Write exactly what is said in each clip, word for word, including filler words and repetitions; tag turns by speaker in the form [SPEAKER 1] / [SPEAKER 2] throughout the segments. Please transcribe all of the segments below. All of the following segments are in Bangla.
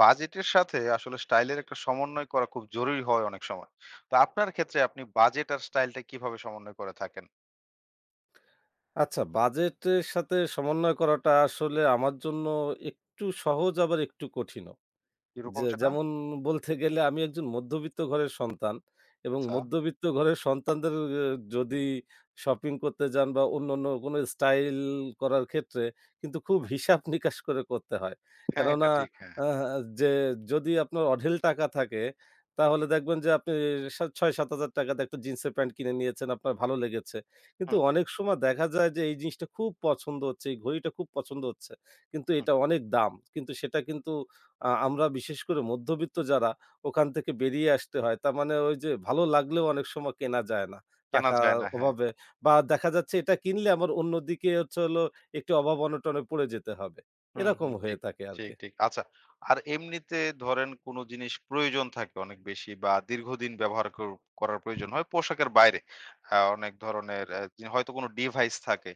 [SPEAKER 1] বাজেটের সাথে আসলে স্টাইলের একটা সমন্বয় করা খুব জরুরি হয় অনেক সময়। তো আপনার ক্ষেত্রে আপনি বাজেট আর স্টাইলটা কিভাবে সমন্বয় করে থাকেন?
[SPEAKER 2] আচ্ছা, বাজেটের সাথে সমন্বয় করাটা আসলে আমার জন্য একটু সহজ আবার একটু কঠিনও।
[SPEAKER 1] কিরকম
[SPEAKER 2] যে
[SPEAKER 1] সেটা?
[SPEAKER 2] যেমন বলতে গেলে আমি একজন মধ্যবিত্ত ঘরের সন্তান এবং
[SPEAKER 1] আচ্ছা।
[SPEAKER 2] মধ্যবিত্ত ঘরের সন্তানদের এ যদি শপিং করতে যান বা অন্যান্য কোনো স্টাইল করার ক্ষেত্রে কিন্তু খুব
[SPEAKER 1] হুম।
[SPEAKER 2] হিসাব নিকাশ করে করতে হয়।
[SPEAKER 1] হ্যাঁ, এটা
[SPEAKER 2] কেননা
[SPEAKER 1] ঠিক। হ্যাঁ।
[SPEAKER 2] আ যে যদি আপনার অঢেল টাকা থাকে, তাহলে দেখবেন যে আপনি সা ৳ছয় হাজার-সাত হাজার দিয়ে একটা জিন্সের প্যান্ট কিনে নিয়েছেন, আপনার ভালো লেগেছে। কিন্তু
[SPEAKER 1] হুম,
[SPEAKER 2] অনেক সময় দেখা যায় যে এই জিনিসটা খুব পছন্দ হচ্ছে, এই ঘড়িটা খুব পছন্দ হচ্ছে। কিন্তু
[SPEAKER 1] হুম।
[SPEAKER 2] এটা অনেক দাম। কিন্তু সেটা কিন্তু আ আমরা বিশেষ করে মধ্যবিত্ত যারা, ওখান থেকে বেরিয়ে আসতে হয়। তার মানে ওই যে ভালো লাগলেও অনেক সময় কেনা যায় না।
[SPEAKER 1] কেনা
[SPEAKER 2] টাকার
[SPEAKER 1] যায় না। হ্যাঁ।
[SPEAKER 2] অভাবে বা দেখা যাচ্ছে এটা কিনলে আমার অন্যদিকে হচ্ছে হলো একটু অভাব-অনটনে পড়ে যেতে হবে।
[SPEAKER 1] হুম, হুম।
[SPEAKER 2] এরকম হয়ে
[SPEAKER 1] ঠিক,
[SPEAKER 2] থাকে
[SPEAKER 1] ঠিক,
[SPEAKER 2] আরকি।
[SPEAKER 1] ঠিক। আচ্ছা। আর এমনিতে ধরেন কোন জিনিস প্রয়োজন থাকে অনেক বেশি বা দীর্ঘদিন ব্যবহার কর করার প্রয়োজন হয় পোশাকের বাইরে। আ অনেক ধরনের অ্যা হয়তো কোন ডিভাইস থাকে।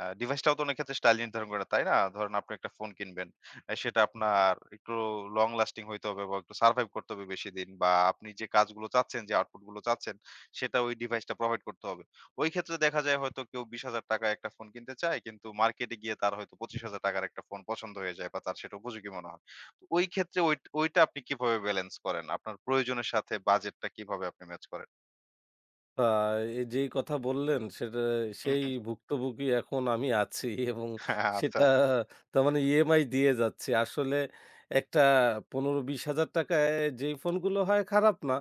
[SPEAKER 1] আ ডিভাইসটাও তো অনেক ক্ষেত্রে স্টাইল নির্ধারণ করে, তাই না? ধরেন আপনি একটা ফোন কিনবেন। আ সেটা আপনার একটু লং লাস্টিং হইতে হবে বা একটু সারভাইভ করতে হবে বেশিদিন, বা আপনি যে কাজগুলো চাচ্ছেন, যে আউটপুট গুলো চাচ্ছেন, সেটা ওই ডিভাইসটা প্রোভাইড করতে হবে। ওই ক্ষেত্রে দেখা যায় হয়তো কেউ ৳বিশ হাজার য় একটা ফোন কিনতে চায়, কিন্তু মার্কেটে গিয়ে তার হয়তো ৳পঁচিশ হাজার র একটা ফোন পছন্দ হয়ে যায় বা তার সেটা উপযোগী মনে হয়। তো ওই ক্ষেত্রে ওই ওইটা আপনি কিভাবে ব্যালেন্স করেন? আপনার প্রয়োজনের সাথে বাজেটটা কিভাবে আপনি ম্যাচ করেন?
[SPEAKER 2] আ এই যেই কথা বললেন সেটা,
[SPEAKER 1] হুম,
[SPEAKER 2] সেই
[SPEAKER 1] হুম, হুম।
[SPEAKER 2] ভুক্তভোগী এখন আমি আছি এবং
[SPEAKER 1] আচ্ছা,
[SPEAKER 2] সেটা তার মানে ইএমআই দিয়ে যাচ্ছি। আসলে একটা ৳পনেরো-৳বিশ হাজার য় যেই ফোনগুলো হয় খারাপ না।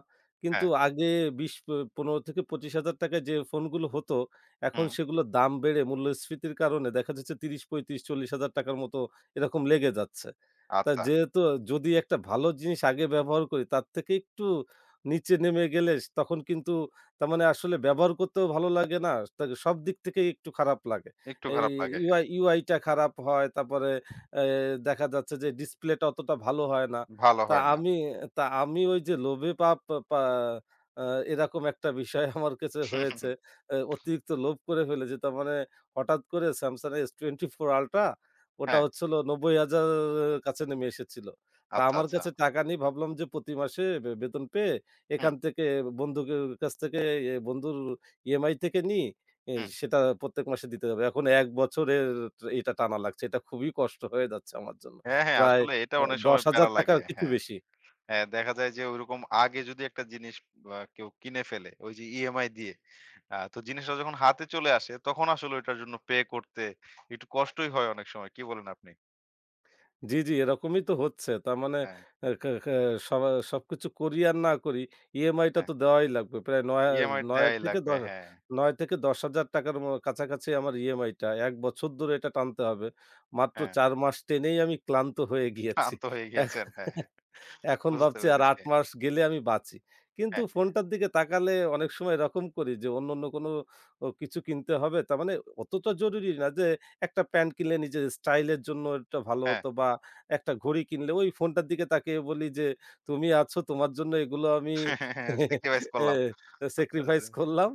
[SPEAKER 2] কিন্তু
[SPEAKER 1] হ্যাঁ,
[SPEAKER 2] আগে ২০ প ৳পনেরো হাজার-৳পঁচিশ হাজার য় যে ফোনগুলো হতো, এখন
[SPEAKER 1] হুম,
[SPEAKER 2] সেগুলোর দাম বেড়ে মূল্যস্ফীতির কারণে দেখা যাচ্ছে ত্রিশ, পঁয়ত্রিশ, ৳চল্লিশ হাজার র মতো এরকম লেগে যাচ্ছে। তা
[SPEAKER 1] আচ্ছা।
[SPEAKER 2] যেহেতু যদি একটা ভালো জিনিস আগে ব্যবহার করি, তার থেকে একটু নিচে নেমে গেলে তখন কিন্তু তার মানে আসলে ব্যবহার করতেও ভালো লাগে না। তাকে সব দিক থেকেই একটু খারাপ লাগে।
[SPEAKER 1] একটু
[SPEAKER 2] এই
[SPEAKER 1] খারাপ লাগে।
[SPEAKER 2] ইউ আই ইউ আই টা খারাপ হয়। তারপরে এ দেখা যাচ্ছে যে ডিসপ্লেটা অতটা ভালো হয় না।
[SPEAKER 1] ভালো
[SPEAKER 2] তা
[SPEAKER 1] হয় না।
[SPEAKER 2] আমি তা আমি ওই যে লোভে পাপ পা আ এরকম একটা বিষয় আমার কাছে
[SPEAKER 1] হুম, হুম,
[SPEAKER 2] হয়েছে।
[SPEAKER 1] হুম।
[SPEAKER 2] এ অতিরিক্ত লোভ করে ফেলেছি। তার মানে হঠাৎ করে Samsung S twenty four Ultra ওটা
[SPEAKER 1] হ্যাঁ,
[SPEAKER 2] হচ্ছে হলো নব্বই হাজার এর কাছে নেমে এসেছিল। তা
[SPEAKER 1] আচ্ছা,
[SPEAKER 2] আমার
[SPEAKER 1] আচ্ছা।
[SPEAKER 2] কাছে টাকা নেই, ভাবলাম যে প্রতি মাসে বে বেতন পেয়ে
[SPEAKER 1] হুম,
[SPEAKER 2] এখান থেকে বন্ধুকের কাছ থেকে এ বন্ধুর ইএমআই থেকে নিই, এ
[SPEAKER 1] হুম।
[SPEAKER 2] সেটা প্রত্যেক মাসে দিতে হবে। এখন এক বছরের এটা টানা লাগছে। এটা খুবই কষ্ট হয়ে যাচ্ছে আমার জন্য।
[SPEAKER 1] হ্যাঁ, হ্যাঁ,
[SPEAKER 2] প্রায়
[SPEAKER 1] আসলে এটা
[SPEAKER 2] আ
[SPEAKER 1] অনেক সময়
[SPEAKER 2] ৳দশ হাজার
[SPEAKER 1] প্যারা লাগে।
[SPEAKER 2] র কিছু
[SPEAKER 1] হ্যাঁ,
[SPEAKER 2] বেশি।
[SPEAKER 1] হ্যাঁ, দেখা যায় যে ওইরকম আগে যদি একটা জিনিস আ কেউ কিনে ফেলে ওই যে ইএমআই দিয়ে, আ তো জিনিসটা যখন হাতে চলে আসে তখন আসলে ওইটার জন্য পে করতে একটু কষ্টই হয় অনেক সময়। কি বলেন আপনি?
[SPEAKER 2] জি, জি, এরকমই তো হচ্ছে। তার মানে
[SPEAKER 1] হ্যাঁ,
[SPEAKER 2] আ কা কা সবা সবকিছু করি আর না করি, ইএমআইটা
[SPEAKER 1] হ্যাঁ,
[SPEAKER 2] তো দেওয়াই লাগবে। প্রায় নয়
[SPEAKER 1] ইএমআই
[SPEAKER 2] ৯
[SPEAKER 1] দেয়াই
[SPEAKER 2] থেকে দ
[SPEAKER 1] লাগবে। হ্যাঁ,
[SPEAKER 2] নয় থেকে ৳দশ হাজার র ম কাছাকাছি আমার ইএমআইটা। এক বছর ধরে এটা টানতে হবে। মাত্র
[SPEAKER 1] হ্যাঁ,
[SPEAKER 2] চার মাস টেনেই আমি ক্লান্ত হয়ে গিয়েছি।
[SPEAKER 1] ক্লান্ত হয়ে
[SPEAKER 2] এখ
[SPEAKER 1] গিয়েছেন। হ্যাঁ,
[SPEAKER 2] এখন
[SPEAKER 1] বুঝতে
[SPEAKER 2] ভাবছি আর আট
[SPEAKER 1] পেরেছি।
[SPEAKER 2] মাস গেলে আমি বাঁচি। কিন্তু
[SPEAKER 1] হ্যাঁ,
[SPEAKER 2] ফোনটার দিকে তাকালে অনেক সময় এরকম করি যে অন্য, অন্য কোনো ও কিছু কিনতে হবে। তার মানে অতটা জরুরি না, যে একটা প্যান্ট কিনলে নিজের স্টাইলের জন্য একটা ভালো
[SPEAKER 1] হ্যাঁ,
[SPEAKER 2] হতো বা একটা ঘড়ি কিনলে ওই ফোনটার দিকে তাকিয়ে বলি যে, "তুমি আছো, তোমার জন্য এগুলো আমি
[SPEAKER 1] হ্যাঁ, হ্যাঁ, সেক্রিফাইস
[SPEAKER 2] এ
[SPEAKER 1] করলাম।
[SPEAKER 2] স্যাক্রিফাইস করলাম,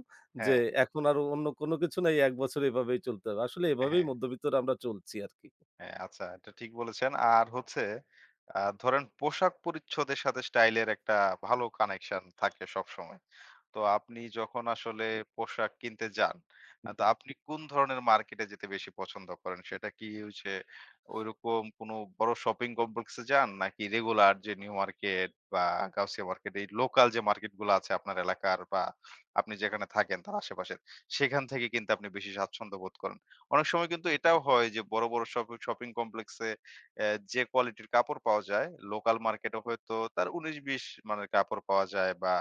[SPEAKER 2] যে
[SPEAKER 1] হ্যাঁ,
[SPEAKER 2] এখন আর অন্য কোনো কিছু নাই। এক বছর এভাবেই চলতে হবে।" আসলে এভাবেই
[SPEAKER 1] হ্যাঁ।
[SPEAKER 2] মধ্যবিত্তরা আমরা চলছি আরকি।
[SPEAKER 1] হ্যাঁ, আচ্ছা, এটা ঠিক বলেছেন। আর হচ্ছে আ ধরেন পোশাক-পরিচ্ছদের সাথে স্টাইলের একটা ভালো কানেকশন থাকে সবসময়। তো আপনি যখন আসলে পোশাক কিনতে যান, আ তো আপনি কোন ধরনের মার্কেটে যেতে বেশি পছন্দ করেন? সেটা কি হচ্ছে ঐরকম কোনো বড় শপিং কমপ্লেক্সে যান? নাকি রেগুলার যে নিউ মার্কেট বা গাউসিয়া মার্কেট, এই লোকাল যে মার্কেটগুলো আছে আপনার এলাকার বা আপনি যেখানে থাকেন তার আশেপাশের, সেখান থেকে কিনতে আপনি বেশি স্বাচ্ছন্দ্য বোধ করেন? অনেক সময় কিন্তু এটাও হয় যে বড়, বড় শপ শপিং কমপ্লেক্সে অ্যা যে কোয়ালিটির কাপড় পাওয়া যায়, লোকাল মার্কেটে হয়তো তার উনিশ বিশ মানের কাপড় পাওয়া যায় বা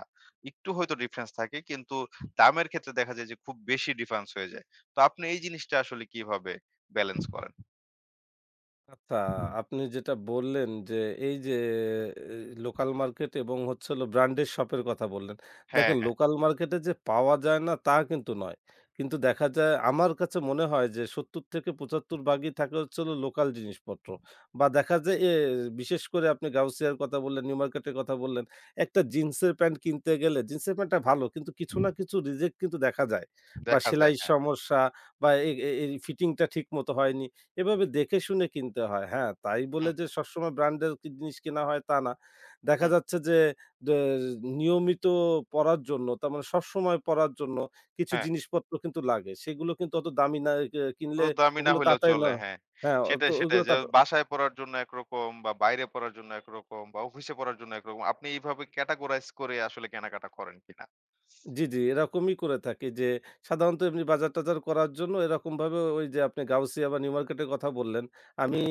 [SPEAKER 1] একটু হয়তো ডিফারেন্স থাকে। কিন্তু দামের ক্ষেত্রে দেখা যায় যে খুব বেশি ডিফারেন্স হয়ে যায়। তো আপনি এই জিনিসটা আসলে কিভাবে ব্যালেন্স করেন?
[SPEAKER 2] আচ্ছা, আপনি যেটা বললেন যে, এই যে এ লোকাল মার্কেট এবং হচ্ছে হলো ব্র্যান্ডেড শপের কথা বললেন।
[SPEAKER 1] হ্যাঁ,
[SPEAKER 2] দেখেন
[SPEAKER 1] হ্যাঁ,
[SPEAKER 2] লোকাল মার্কেটে যে পাওয়া যায় না তা কিন্তু নয়। কিন্তু দেখা যায় আমার কাছে মনে হয় যে সত্তর থেকে পঁচাত্তর ভাগই থাকে হচ্ছে হলো লোকাল জিনিসপত্র। বা দেখা যায় এ বিশেষ করে আপনি গাউসিয়ার কথা বললেন, নিউ মার্কেটের কথা বললেন। একটা জিন্সের প্যান্ট কিনতে গেলে জিন্সের প্যান্টটা ভালো, কিন্তু কিছু না কিছু রিজেক্ট কিন্তু দেখা যায়। বা
[SPEAKER 1] দেখা যায়।
[SPEAKER 2] সেলাইয়ের
[SPEAKER 1] হ্যাঁ।
[SPEAKER 2] সমস্যা বা এ এ এই ফিটিংটা ঠিক মতো হয়নি। এভাবে দেখে শুনে কিনতে হয়। হ্যাঁ, তাই বলে
[SPEAKER 1] হুম,
[SPEAKER 2] যে সবসময় ব্র্যান্ডের কি জিনিস কেনা হয় তা না। দেখা
[SPEAKER 1] হুম,
[SPEAKER 2] যাচ্ছে যে দে নিয়মিত পড়ার জন্য, তার মানে সবসময় পড়ার জন্য কিছু
[SPEAKER 1] হ্যাঁ।
[SPEAKER 2] জিনিসপত্র কিন্তু লাগে। সেগুলো কিন্তু অত দামি না এ কিনলে
[SPEAKER 1] অত দামি না
[SPEAKER 2] ওগুলো
[SPEAKER 1] হইলেও
[SPEAKER 2] তাতায় না।
[SPEAKER 1] চলে, হ্যাঁ।
[SPEAKER 2] হ্যাঁ, অত
[SPEAKER 1] সেটাই, সেটাই।
[SPEAKER 2] ওগুলো
[SPEAKER 1] যে
[SPEAKER 2] তাতা
[SPEAKER 1] বাসায় পড়ার জন্য একরকম, বা বাইরে পড়ার জন্য একরকম, বা অফিসে পড়ার জন্য একরকম। আপনি এইভাবে ক্যাটেগরাইজ করে আসলে কেনাকাটা করেন কিনা?
[SPEAKER 2] জি, জি, এরকমই করে থাকি যে সাধারণত এমনি বাজার-টাজার করার জন্য এরকমভাবে ওই যে আপনি গাউসিয়া বা নিউ মার্কেটের কথা বললেন। আমি
[SPEAKER 1] হুম।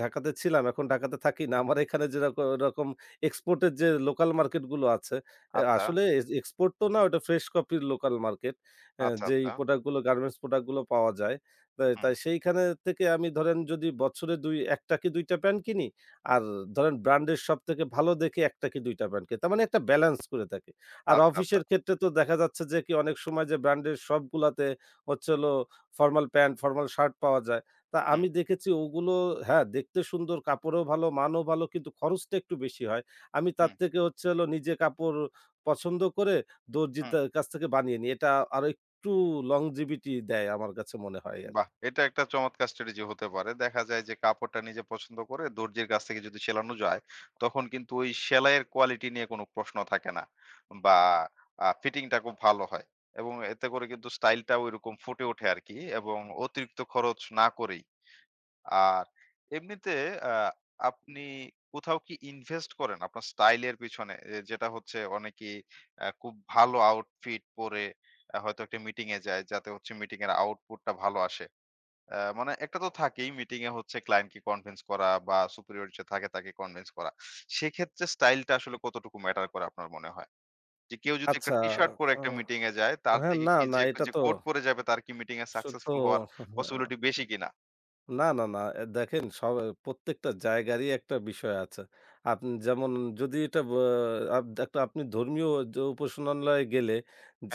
[SPEAKER 2] ঢাকাতে ছিলাম, এখন ঢাকাতে থাকি না। আমার এখানে যেরক এরকম এক্সপোর্ট এর যে লোকাল মার্কেটগুলো আছে, অ্যা
[SPEAKER 1] আচ্ছা,
[SPEAKER 2] আসলে এ এক্সপোর্ট তো না, ওটা ফ্রেশ কপির লোকাল মার্কেট। অ্যা
[SPEAKER 1] আচ্ছা,
[SPEAKER 2] যেই
[SPEAKER 1] আচ্ছা।
[SPEAKER 2] প্রোডাক্টগুলো গার্মেন্টস প্রোডাক্টগুলো পাওয়া যায়। তাই
[SPEAKER 1] হুম,
[SPEAKER 2] তাই সেইখানে থেকে আমি ধরেন যদি বছরে দুই এক টা কি দুই টা প্যান্ট কিনি, আর ধরেন ব্র্যান্ডের সবথেকে ভালো দেখে এক টা কি দুই টা প্যান্ট কিনি। তার মানে একটা ব্যালেন্স করে থাকি। আর
[SPEAKER 1] আচ্ছা, আচ্ছা।
[SPEAKER 2] অফিসের ক্ষেত্রে তো দেখা যাচ্ছে যে কি অনেক সময় যে ব্র্যান্ডের শপগুলাতে হচ্ছে হলো ফর্মাল প্যান্ট, ফর্মাল শার্ট পাওয়া যায়। তা
[SPEAKER 1] হুম,
[SPEAKER 2] আমি দেখেছি ওগুলো হ্যাঁ, দেখতে সুন্দর, কাপড়ও ভালো, মানও ভালো কিন্তু খরচটা একটু বেশি হয়। আমি
[SPEAKER 1] হুম,
[SPEAKER 2] তার থেকে হচ্ছে হলো নিজে কাপড় পছন্দ করে দর্জির
[SPEAKER 1] হুম।
[SPEAKER 2] তা কাছ থেকে বানিয়ে নিই। এটা আরো একটু longevity দেয় আমার কাছে মনে হয়
[SPEAKER 1] বাহ!
[SPEAKER 2] আরকি।
[SPEAKER 1] এটা একটা চমৎকার স্ট্র্যাটেজি হতে পারে। দেখা যায় যে কাপড়টা নিজে পছন্দ করে দর্জির কাছ থেকে যদি সেলানো যায়, তখন কিন্তু ওই সেলাইয়ের কোয়ালিটি নিয়ে কোনো প্রশ্ন থাকে না। বা আ ফিটিংটা খুব ভালো হয়। এবং এতে করে কিন্তু স্টাইলটা ঐরকম ফুটে ওঠে আরকি, এবং অতিরিক্ত খরচ না করেই। আর এমনিতে আ আপনি কোথাও কি ইনভেস্ট করেন আপনার স্টাইল এর পিছনে? এ যেটা হচ্ছে অনেকেই আ খুব ভালো আউটফিট পরে আ হয়তো একটা মিটিং এ যায় যাতে হচ্ছে মিটিং এর আউটপুট টা ভালো আসে। আ মানে একটা তো থাকেই মিটিং এ হচ্ছে ক্লায়েন্টকে কনভিন্স করা বা সুপিরিয়র যে থাকে তাকে কনভিন্স করা। সেক্ষেত্রে স্টাইলটা আসলে কতটুকু ম্যাটার করে আপনার মনে হয়? যে কেউ যদি একটা
[SPEAKER 2] আচ্ছা,
[SPEAKER 1] টি-শার্ট পরে
[SPEAKER 2] আ
[SPEAKER 1] একটা মিটিং এ যায় তার
[SPEAKER 2] হ্যাঁ,
[SPEAKER 1] থেকে
[SPEAKER 2] না,
[SPEAKER 1] কি
[SPEAKER 2] না,
[SPEAKER 1] যে একটা
[SPEAKER 2] এটা
[SPEAKER 1] যে
[SPEAKER 2] তো
[SPEAKER 1] কোট পরে যাবে তার কি মিটিং এ
[SPEAKER 2] সত্য।
[SPEAKER 1] সাকসেসফুল হওয়ার পসিবিলিটি বেশি কিনা?
[SPEAKER 2] না, না, না। এ দেখেন সব প্রত্যেকটা জায়গারই একটা বিষয় আছে। আপনি যেমন যদি এটা ব আপ একটা আপনি ধর্মীয় যে উপাসনালয়ে গেলে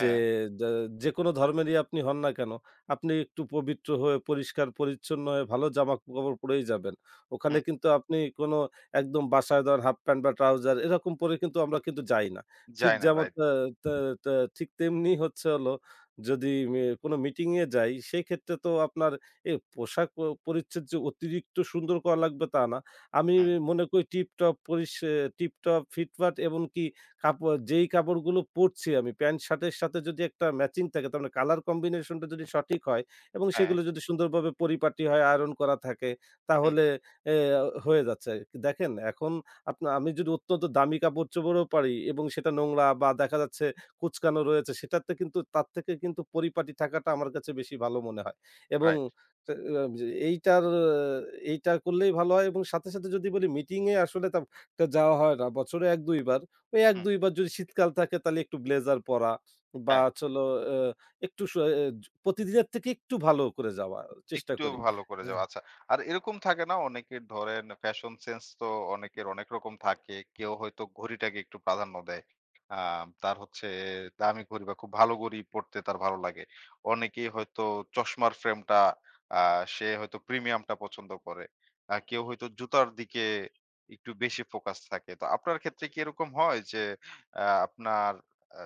[SPEAKER 2] যে যে যেকোনো ধর্মেরই আপনি হন না কেন, আপনি একটু পবিত্র হয়ে পরিষ্কার পরিচ্ছন্ন হয়ে ভালো জামা-কাপড় পরেই যাবেন। ওখানে
[SPEAKER 1] হুম।
[SPEAKER 2] কিন্তু আপনি কোনো, একদম বাসায় ধরেন হাফ প্যান্ট বা ট্রাউজার এরকম পরে কিন্তু আমরা কিন্তু যাই না। ঠিক
[SPEAKER 1] যায় না।
[SPEAKER 2] যেমন
[SPEAKER 1] রাইট।
[SPEAKER 2] তা তা তা ঠিক তেমনি হচ্ছে হলো যদি মে কোনো মিটিং এ যাই, সেক্ষেত্রে তো আপনার এ পোশাক প পরিচ্ছদ যে অতিরিক্ত সুন্দর করা লাগবে তা না। আমি
[SPEAKER 1] হুম।
[SPEAKER 2] মনে করি টিপটপ পরিস টিপটপ ফিটফাট, এমনকি কাপড়, যেই কাপড়গুলো পরছি আমি, প্যান্ট শার্টের সাথে যদি একটা ম্যাচিং থাকে, তার মানে কালার কম্বিনেশন টা যদি সঠিক হয় এবং
[SPEAKER 1] হ্যাঁ।
[SPEAKER 2] সেগুলো যদি সুন্দরভাবে পরিপাটি হয়, আয়রন করা থাকে
[SPEAKER 1] হুম।
[SPEAKER 2] তাহলে এ হয়ে যাচ্ছে। দেখেন এখন আপনা আমি যদি অত্যন্ত দামি কাপড়-চোপড়ও পারি এবং সেটা নোংরা বা দেখা যাচ্ছে কুঁচকানো রয়েছে, সেটাতে কিন্তু, তার থেকে কিন্তু পরিপাটি থাকাটা আমার কাছে বেশি ভালো মনে হয় এবং
[SPEAKER 1] রাইট।
[SPEAKER 2] তা আ যে এইটার আহ, এইটা করলেই ভালো হয় এবং সাথে, সাথে যদি বলি মিটিং এ আসলে তা তা যাওয়া হয় না। বছরে এক দুই বার। ওই
[SPEAKER 1] হুম।
[SPEAKER 2] এক দুই বার যদি শীতকাল থাকে তাহলে একটু ব্লেজার পরা বা
[SPEAKER 1] হ্যাঁ।
[SPEAKER 2] হচ্ছে হলো আ একটু স এ প্রতিদিনের থেকে একটু ভালো করে যাওয়ার চেষ্টা
[SPEAKER 1] একটু
[SPEAKER 2] করি।
[SPEAKER 1] ভালো করে যাওয়া। আচ্ছা। আর এরকম থাকে না অনেকের, ধরেন ফ্যাশন সেন্স তো অনেকের অনেক রকম থাকে। কেউ হয়তো ঘড়িটাকে একটু প্রাধান্য দেয়। আ তার হচ্ছে দামি ঘড়ি বা খুব ভালো ঘড়ি পড়তে তার ভালো লাগে। অনেকেই হয়তো চশমার ফ্রেমটা আ সে হয়তো প্রিমিয়ামটা পছন্দ করে। আ কেউ হয়তো জুতার দিকে একটু বেশি ফোকাস থাকে। তো আপনার ক্ষেত্রে কি এরকম হয় যে আ আপনার আ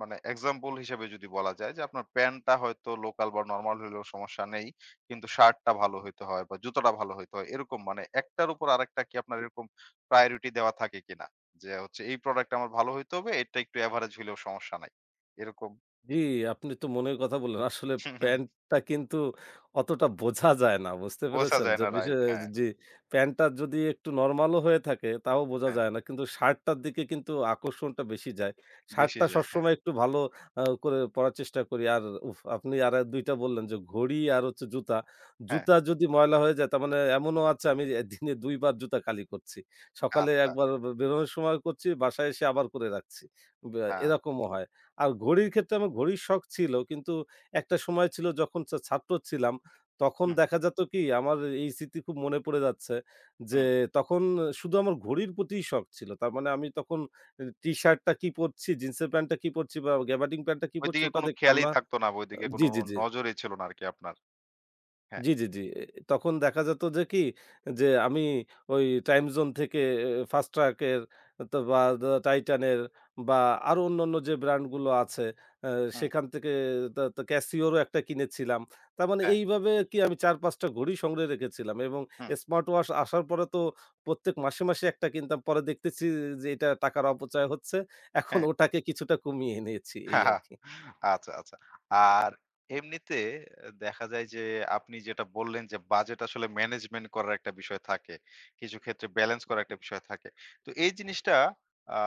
[SPEAKER 1] মানে এক্সাম্পল হিসেবে যদি বলা যায় যে আপনার প্যান্টটা হয়তো লোকাল বা নরমাল হইলেও সমস্যা নেই। কিন্তু শার্টটা ভালো হইতে হয় বা জুতোটা ভালো হইতে হয়। এরকম মানে একটার উপর আরেকটা কি আপনার এরকম প্রায়োরিটি দেওয়া থাকে কিনা? যে হচ্ছে এই প্রোডাক্ট আমার ভালো হইতে হবে, এটা একটু এভারেজ হইলেও সমস্যা নাই। এরকম।
[SPEAKER 2] জি, আপনি তো মনের কথা বললেন। আসলে প্যান্টটা কিন্তু অতটা বোঝা যায় না। বুঝতে
[SPEAKER 1] বোঝা
[SPEAKER 2] পেরেছেন?
[SPEAKER 1] যায়
[SPEAKER 2] যে
[SPEAKER 1] না,
[SPEAKER 2] বিষে
[SPEAKER 1] রাইট। হ্যাঁ,
[SPEAKER 2] জি, প্যান্টটা যদি একটু নরমালও হয়ে থাকে তাও বোঝা
[SPEAKER 1] হ্যাঁ।
[SPEAKER 2] যায় না। কিন্তু শার্টটার দিকে কিন্তু আকর্ষণটা বেশি যায়।
[SPEAKER 1] বেশি
[SPEAKER 2] শার্টটা
[SPEAKER 1] যায়। হ্যাঁ,
[SPEAKER 2] সবসময় একটু ভালো আ করে পরার চেষ্টা করি। আর উফ! আপনি আর দুই টা বললেন যে ঘড়ি আর হচ্ছে জুতা।
[SPEAKER 1] হ্যাঁ।
[SPEAKER 2] জুতা যদি ময়লা হয়ে যায়, তার মানে এমনও আছে আমি এ দিনে দুই বার জুতা কালি করছি। সকালে
[SPEAKER 1] আচ্ছা।
[SPEAKER 2] একবার বে বেরোনোর সময় করছি, বাসায় এসে আবার করে রাখছি। ব্যা
[SPEAKER 1] হ্যাঁ।
[SPEAKER 2] এরকমও হয়। আর ঘড়ির ক্ষেত্রে আমার ঘড়ির শখ ছিল। কিন্তু একটা সময় ছিল যখন ছা ছাত্র ছিলাম, তখন
[SPEAKER 1] হুম,
[SPEAKER 2] দেখা যেত কি আমার এই স্মৃতি খুব মনে পড়ে যাচ্ছে যে
[SPEAKER 1] হুম।
[SPEAKER 2] তখন শুধু আমার ঘড়ির প্রতিই শখ ছিল। তার মানে আমি তখন এ টি-শার্টটা কি পরছি, জিন্সের প্যান্টটা কি পরছি বা গ্যাবার্ডিন প্যান্টটা কি পরছি
[SPEAKER 1] ওইদিকে
[SPEAKER 2] ওটা
[SPEAKER 1] কোনো
[SPEAKER 2] দেখতাম
[SPEAKER 1] খেয়ালই
[SPEAKER 2] না।
[SPEAKER 1] থাকতো না বা ওইদিকে কোনো
[SPEAKER 2] জি, জি, জি।
[SPEAKER 1] নজরই ছিল না আরকি আপনার। হ্যাঁ,
[SPEAKER 2] জি, জি, জি। এ তখন দেখা যেত যে কি যে আমি ওই টাইম জোন থেকে এ ফাস্ট ট্রাক এর তো বা দা টাইটান এর বা আরো অন্যান্য যে ব্র্যান্ড গুলো আছে, আ
[SPEAKER 1] হুম,
[SPEAKER 2] সেখান থেকে তা তা ক্যাসিওর ও একটা কিনেছিলাম। তার মানে
[SPEAKER 1] হ্যাঁ,
[SPEAKER 2] এইভাবে কি আমি চার পাঁচ টা ঘড়ি সংগ্রহে রেখেছিলাম এবং
[SPEAKER 1] হুম,
[SPEAKER 2] স্মার্ট ওয়াচ আসার পরে তো প্রত্যেক মাসে, মাসে একটা কিনতাম। পরে দেখতেছি যে এটা টাকার অপচয় হচ্ছে। এখন
[SPEAKER 1] হ্যাঁ।
[SPEAKER 2] ওটাকে কিছুটা কমিয়ে এনেছি এই আরকি।
[SPEAKER 1] আচ্ছা, আচ্ছা। আর এমনিতে দেখা যায় যে আপনি যেটা বললেন যে বাজেট আসলে ম্যানেজমেন্ট করার একটা বিষয় থাকে। কিছু ক্ষেত্রে ব্যালেন্স করার একটা বিষয় থাকে। তো এই জিনিসটা আ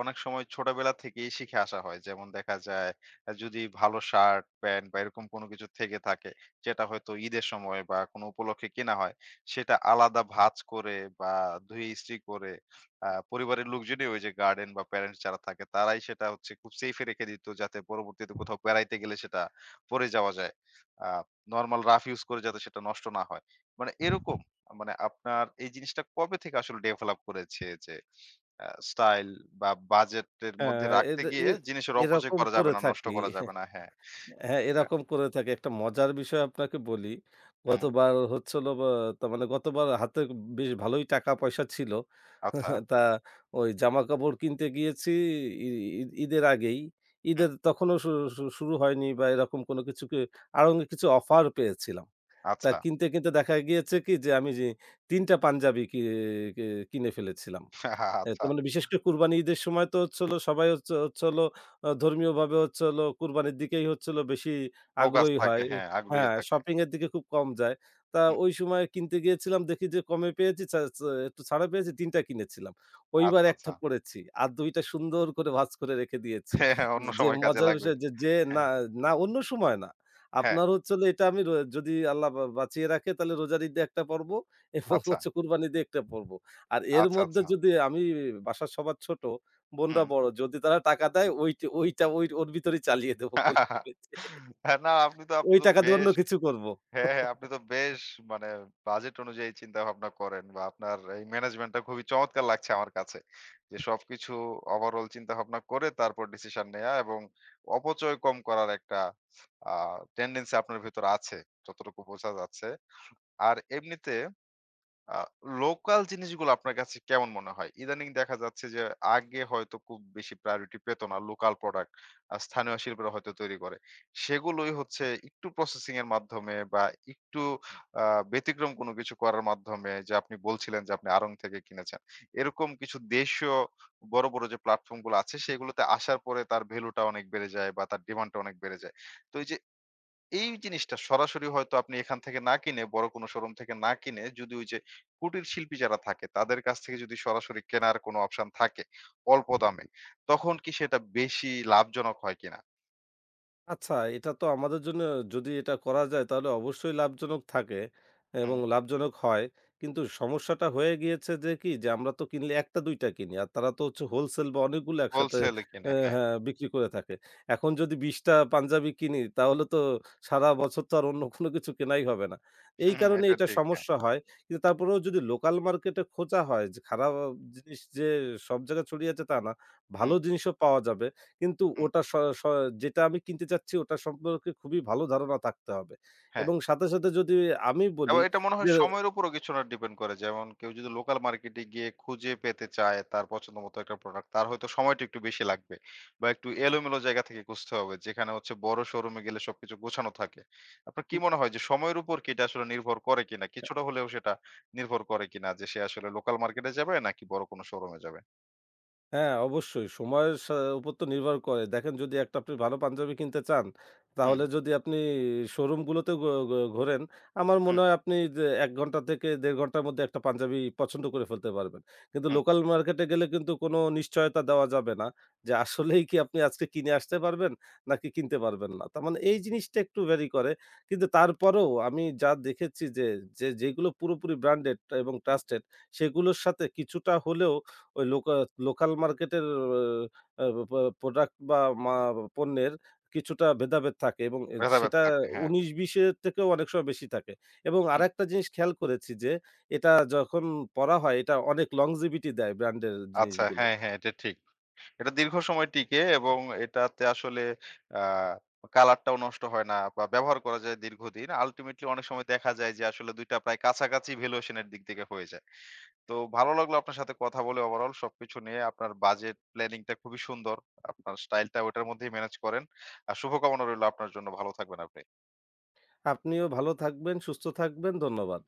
[SPEAKER 1] অনেক সময় ছোটবেলা থেকেই শিখে আসা হয়। যেমন দেখা যায় আ যদি ভালো শার্ট, প্যান্ট বা এরকম কোনো কিছু থেকে থাকে, যেটা হয়তো ঈদের সময় বা কোনো উপলক্ষে কেনা হয়, সেটা আলাদা ভাঁজ করে বা ধুয়ে ইস্ত্রি করে আ পরিবারের লোকজনই, ওই যে গার্ডেন বা প্যারেন্টস যারা থাকে তারাই সেটা হচ্ছে খুব সেফ এ রেখে দিত, যাতে পরবর্তীতে কোথাও বেড়াইতে গেলে সেটা পড়ে যাওয়া যায়। আ নরমাল রাফ ইউস করে যাতে সেটা নষ্ট না হয়। মানে এরকম, মানে আপনার এই জিনিসটা কবে থেকে আসলে ডেভেলপ করেছে যে আ স্টাইল বা বাজেটের
[SPEAKER 2] আ
[SPEAKER 1] মধ্যে রাখতে
[SPEAKER 2] এদ
[SPEAKER 1] গিয়ে
[SPEAKER 2] এ
[SPEAKER 1] জিনিসের অপচয়
[SPEAKER 2] এরকম
[SPEAKER 1] করা যাবে
[SPEAKER 2] করে
[SPEAKER 1] না, নষ্ট
[SPEAKER 2] থাকি।
[SPEAKER 1] করা যাবে না। হ্যাঁ।
[SPEAKER 2] হ্যাঁ,
[SPEAKER 1] এটা
[SPEAKER 2] এরকম করে থাকে। একটা মজার বিষয় আপনাকে বলি।
[SPEAKER 1] হুম,
[SPEAKER 2] গতবার হচ্ছে হলো বা, তার মানে গতবার হাতে বেশ ভালোই টাকা-পয়সা ছিল।
[SPEAKER 1] আচ্ছা,
[SPEAKER 2] তা ওই জামাকাপড় কিনতে গিয়েছি ই ঈদ ঈদের আগেই।
[SPEAKER 1] হুম,
[SPEAKER 2] ঈদের তখনও শু শু শুরু হয়নি বা এরকম কোনো কিছুকে, আরো অনেক কিছু অফার পেয়েছিলাম। তা
[SPEAKER 1] আচ্ছা,
[SPEAKER 2] কিনতে, কিনতে দেখা গিয়েছে কি যে আমি যে তিন টা পাঞ্জাবি কি কি কিনে ফেলেছিলাম। হ্যাঁ,
[SPEAKER 1] আচ্ছা।
[SPEAKER 2] তার মানে বিশেষ করে কুরবানি ঈদের সময় তো হচ্ছে হলো সবাই হচ্ছে হচ্ছে হলো আ ধর্মীয়ভাবে হচ্ছে হলো কুরবানির দিকেই হচ্ছে হলো বেশি
[SPEAKER 1] ফোকাস
[SPEAKER 2] আগ্রহী
[SPEAKER 1] থাকে,
[SPEAKER 2] হয়।
[SPEAKER 1] হ্যাঁ, আগ্রহী
[SPEAKER 2] হ্যাঁ,
[SPEAKER 1] থাকে।
[SPEAKER 2] শপিং এর দিকে খুব কম যায়। তা
[SPEAKER 1] হুম,
[SPEAKER 2] ওই সময় কিনতে গিয়েছিলাম দেখি যে কমে পেয়েছি চা চা একটু ছাড়া পেয়েছি তিন টা কিনেছিলাম। ওইবার
[SPEAKER 1] আচ্ছা,
[SPEAKER 2] এক
[SPEAKER 1] আচ্ছা।
[SPEAKER 2] টা পড়েছি। আর দুই টা সুন্দর করে ভাঁজ করে রেখে দিয়েছি।
[SPEAKER 1] হ্যাঁ, হ্যাঁ, অন্য
[SPEAKER 2] যে
[SPEAKER 1] সময় কাজে
[SPEAKER 2] মজার
[SPEAKER 1] লাগবে।
[SPEAKER 2] বিষয় যে, যে
[SPEAKER 1] হ্যাঁ,
[SPEAKER 2] না, না অন্য সময় না।
[SPEAKER 1] হ্যাঁ।
[SPEAKER 2] আপনার হচ্ছে হলো এটা আমি র যদি আল্লাহ বা বাঁচিয়ে রাখে তাহলে রোজার ঈদে একটা পড়ব এবং
[SPEAKER 1] আচ্ছা,
[SPEAKER 2] হচ্ছে কুরবানির ঈদে একটা পড়ব। আর এর
[SPEAKER 1] আচ্ছা,
[SPEAKER 2] মধ্যে
[SPEAKER 1] আচ্ছা।
[SPEAKER 2] যদি আমি বাসার সবার ছোট, বোনরা
[SPEAKER 1] হুম।
[SPEAKER 2] বড়। যদি তারা টাকা দেয় ওইটি ওইটা ওই ওর ভিতরেই চালিয়ে দেবো বলে ভেবেছে।
[SPEAKER 1] হ্যাঁ, না আপনি তো আপনি
[SPEAKER 2] ওই
[SPEAKER 1] তো
[SPEAKER 2] টাকা দিয়ে অন্য
[SPEAKER 1] বেশ
[SPEAKER 2] কিছু করব।
[SPEAKER 1] হ্যাঁ, হ্যাঁ, আপনি তো বেশ মানে বাজেট অনুযায়ী চিন্তাভাবনা করেন, বা আপনার এই ম্যানেজমেন্টটা খুবই চমৎকার লাগছে আমার কাছে। যে সবকিছু ওভারঅল চিন্তাভাবনা করে তারপর ডিসিশন নেয়া, এবং অপচয় কম করার একটা আ টেনডেন্সি আপনার ভেতর আছে। যতটুকু বোঝা যাচ্ছে। আর এমনিতে আ লোকাল জিনিসগুলো আপনার কাছে কেমন মনে হয়? ইদানিং দেখা যাচ্ছে যে আগে হয়তো খুব বেশি প্রায়োরিটি পেত না লোকাল প্রোডাক্ট। আ স্থানীয় শিল্পীরা হয়তো তৈরি করে। সেগুলোই হচ্ছে একটু প্রসেসিং এর মাধ্যমে বা একটু আ ব্যতিক্রম কোন কিছু করার মাধ্যমে, যে আপনি বলছিলেন যে আপনি আড়ং থেকে কিনেছেন। এরকম কিছু দেশীয় বড়, বড় যে প্ল্যাটফর্ম গুলো আছে সেগুলোতে আসার পরে তার ভ্যালুটা অনেক বেড়ে যায় বা তার ডিমান্ডটা অনেক বেড়ে যায়। তো এই যে এই জিনিসটা সরাসরি হয়তো আপনি এখান থেকে না কিনে, বড় কোনো শোরুম থেকে না কিনে, যদি ওই যে কুটির শিল্পী যারা থাকে তাদের কাছ থেকে যদি সরাসরি কেনার কোনো অপশন থাকে অল্প দামে, তখন কি সেটা বেশি লাভজনক হয় কিনা?
[SPEAKER 2] আচ্ছা, এটা তো আমাদের জন্য, যদি এটা করা যায় তাহলে অবশ্যই লাভজনক থাকে এবং
[SPEAKER 1] হুম,
[SPEAKER 2] লাভজনক হয়। কিন্তু সমস্যাটা হয়ে গিয়েছে যে কি যে আমরা তো কিনলে এক টা দুই টা কিনি। আর তারা তো হচ্ছে হোলসেল বা অনেকগুলো একসাথে,
[SPEAKER 1] হোলসেলে কিনে,
[SPEAKER 2] অ্যা
[SPEAKER 1] হ্যাঁ।
[SPEAKER 2] হ্যাঁ, বিক্রি করে থাকে। এখন যদি বিশ টা পাঞ্জাবি কিনি তাহলে তো সারা বছর তো আর অন্য কোনো কিছু কেনাই হবে না। এই
[SPEAKER 1] হুম,
[SPEAKER 2] কারণে
[SPEAKER 1] এটা
[SPEAKER 2] এটা
[SPEAKER 1] ঠিক। হ্যাঁ।
[SPEAKER 2] সমস্যা হয়। কিন্তু তারপরেও যদি লোকাল মার্কেটে খোঁজা হয় যে খারাপ জিনিস যে সব জায়গায় ছড়িয়ে আছে তা না।
[SPEAKER 1] হুম,
[SPEAKER 2] ভালো জিনিসও পাওয়া যাবে। কিন্তু
[SPEAKER 1] হুম,
[SPEAKER 2] ওটা স স যেটা আমি কিনতে চাচ্ছি ওটা সম্পর্কে খুবই ভালো ধারণা থাকতে হবে
[SPEAKER 1] হ্যাঁ।
[SPEAKER 2] এবং সাথে, সাথে যদি আমি
[SPEAKER 1] এবং
[SPEAKER 2] বলি
[SPEAKER 1] এটা মনে হয়
[SPEAKER 2] যে
[SPEAKER 1] সময়ের উপরও কিছুটা ডিপেন্ড করে। যেমন কেউ যদি লোকাল মার্কেটে গিয়ে খুঁজে পেতে চায় তার পছন্দমতো একটা প্রোডাক্ট, তার হয়তো সময়টা একটু বেশি লাগবে বা একটু এলোমেলো জায়গা থেকে খুঁজতে হবে। যেখানে হচ্ছে বড় শোরুমে গেলে সবকিছু গোছানো থাকে। আপনার কি মনে হয় যে সময়ের উপর কি এটা আসলে নির্ভর করে কিনা? কিছুটা হলেও সেটা নির্ভর করে কিনা যে সে আসলে লোকাল মার্কেটে যাবে নাকি বড় কোনো শোরুমে যাবে?
[SPEAKER 2] হ্যাঁ, অবশ্যই। সময়ের সা উপর তো নির্ভর করে। দেখেন যদি একটা আপনি ভালো পাঞ্জাবি কিনতে চান,
[SPEAKER 1] হুম,
[SPEAKER 2] তাহলে যদি আপনি শোরুমগুলোতে ঘো ঘো ঘোরেন, আমার
[SPEAKER 1] হুম,
[SPEAKER 2] মনে হয় আপনি যে এক ঘন্টা থেকে দেড় ঘন্টার মধ্যে একটা পাঞ্জাবি পছন্দ করে ফেলতে পারবেন। কিন্তু
[SPEAKER 1] হুম।
[SPEAKER 2] লোকাল মার্কেটে গেলে কিন্তু কোনো নিশ্চয়তা দেওয়া যাবে না যে আসলেই কি আপনি আজকে কিনে আসতে পারবেন, নাকি কিনতে পারবেন না। তার মানে এই জিনিসটা একটু ভ্যারি করে। কিন্তু তারপরেও আমি যা দেখেছি যে, যে যেগুলো পুরোপুরি ব্র্যান্ডেড এবং ট্রাস্টেড সেগুলোর সাথে কিছুটা হলেও ওই লোকা লোকাল মার্কেটের আ পা প্রোডাক্ট বা মা পণ্যের কিছুটা ভেদাভেদ থাকে এবং এ
[SPEAKER 1] ভেদাভেদ
[SPEAKER 2] সেটা
[SPEAKER 1] থাকে। হ্যাঁ,
[SPEAKER 2] উনিশ বিশ এর থেকেও অনেক সময় বেশি থাকে এবং
[SPEAKER 1] হুম।
[SPEAKER 2] আরেকটা জিনিস খেয়াল করেছি যে, এটা যখন পরা হয়, এটা অনেক longevity দেয় ব্র্যান্ডের
[SPEAKER 1] আচ্ছা,
[SPEAKER 2] জিনিসগুলো।
[SPEAKER 1] হ্যাঁ, হ্যাঁ, এটা ঠিক। এটা দীর্ঘ সময় টিকে, এবং এটাতে আসলে আ কালারটাও নষ্ট হয় না বা ব্যবহার করা যায় দীর্ঘদিন। আল্টিমেটলি অনেক সময় দেখা যায় যে আসলে দুই টা প্রায় কাছাকাছি ভ্যালুয়েশন এর দিক থেকে হয়ে যায়। তো ভালো লাগলো আপনার সাথে কথা বলে ওভারঅল সবকিছু নিয়ে। আপনার বাজেট প্ল্যানিং টা খুবই সুন্দর। আপনার স্টাইলটা ওটার মধ্যেই মেনেজ করেন। আর শুভকামনা রইলো আপনার জন্য। ভালো থাকবেন আপনি।
[SPEAKER 2] আপনিও ভালো থাকবেন, সুস্থ থাকবেন। ধন্যবাদ।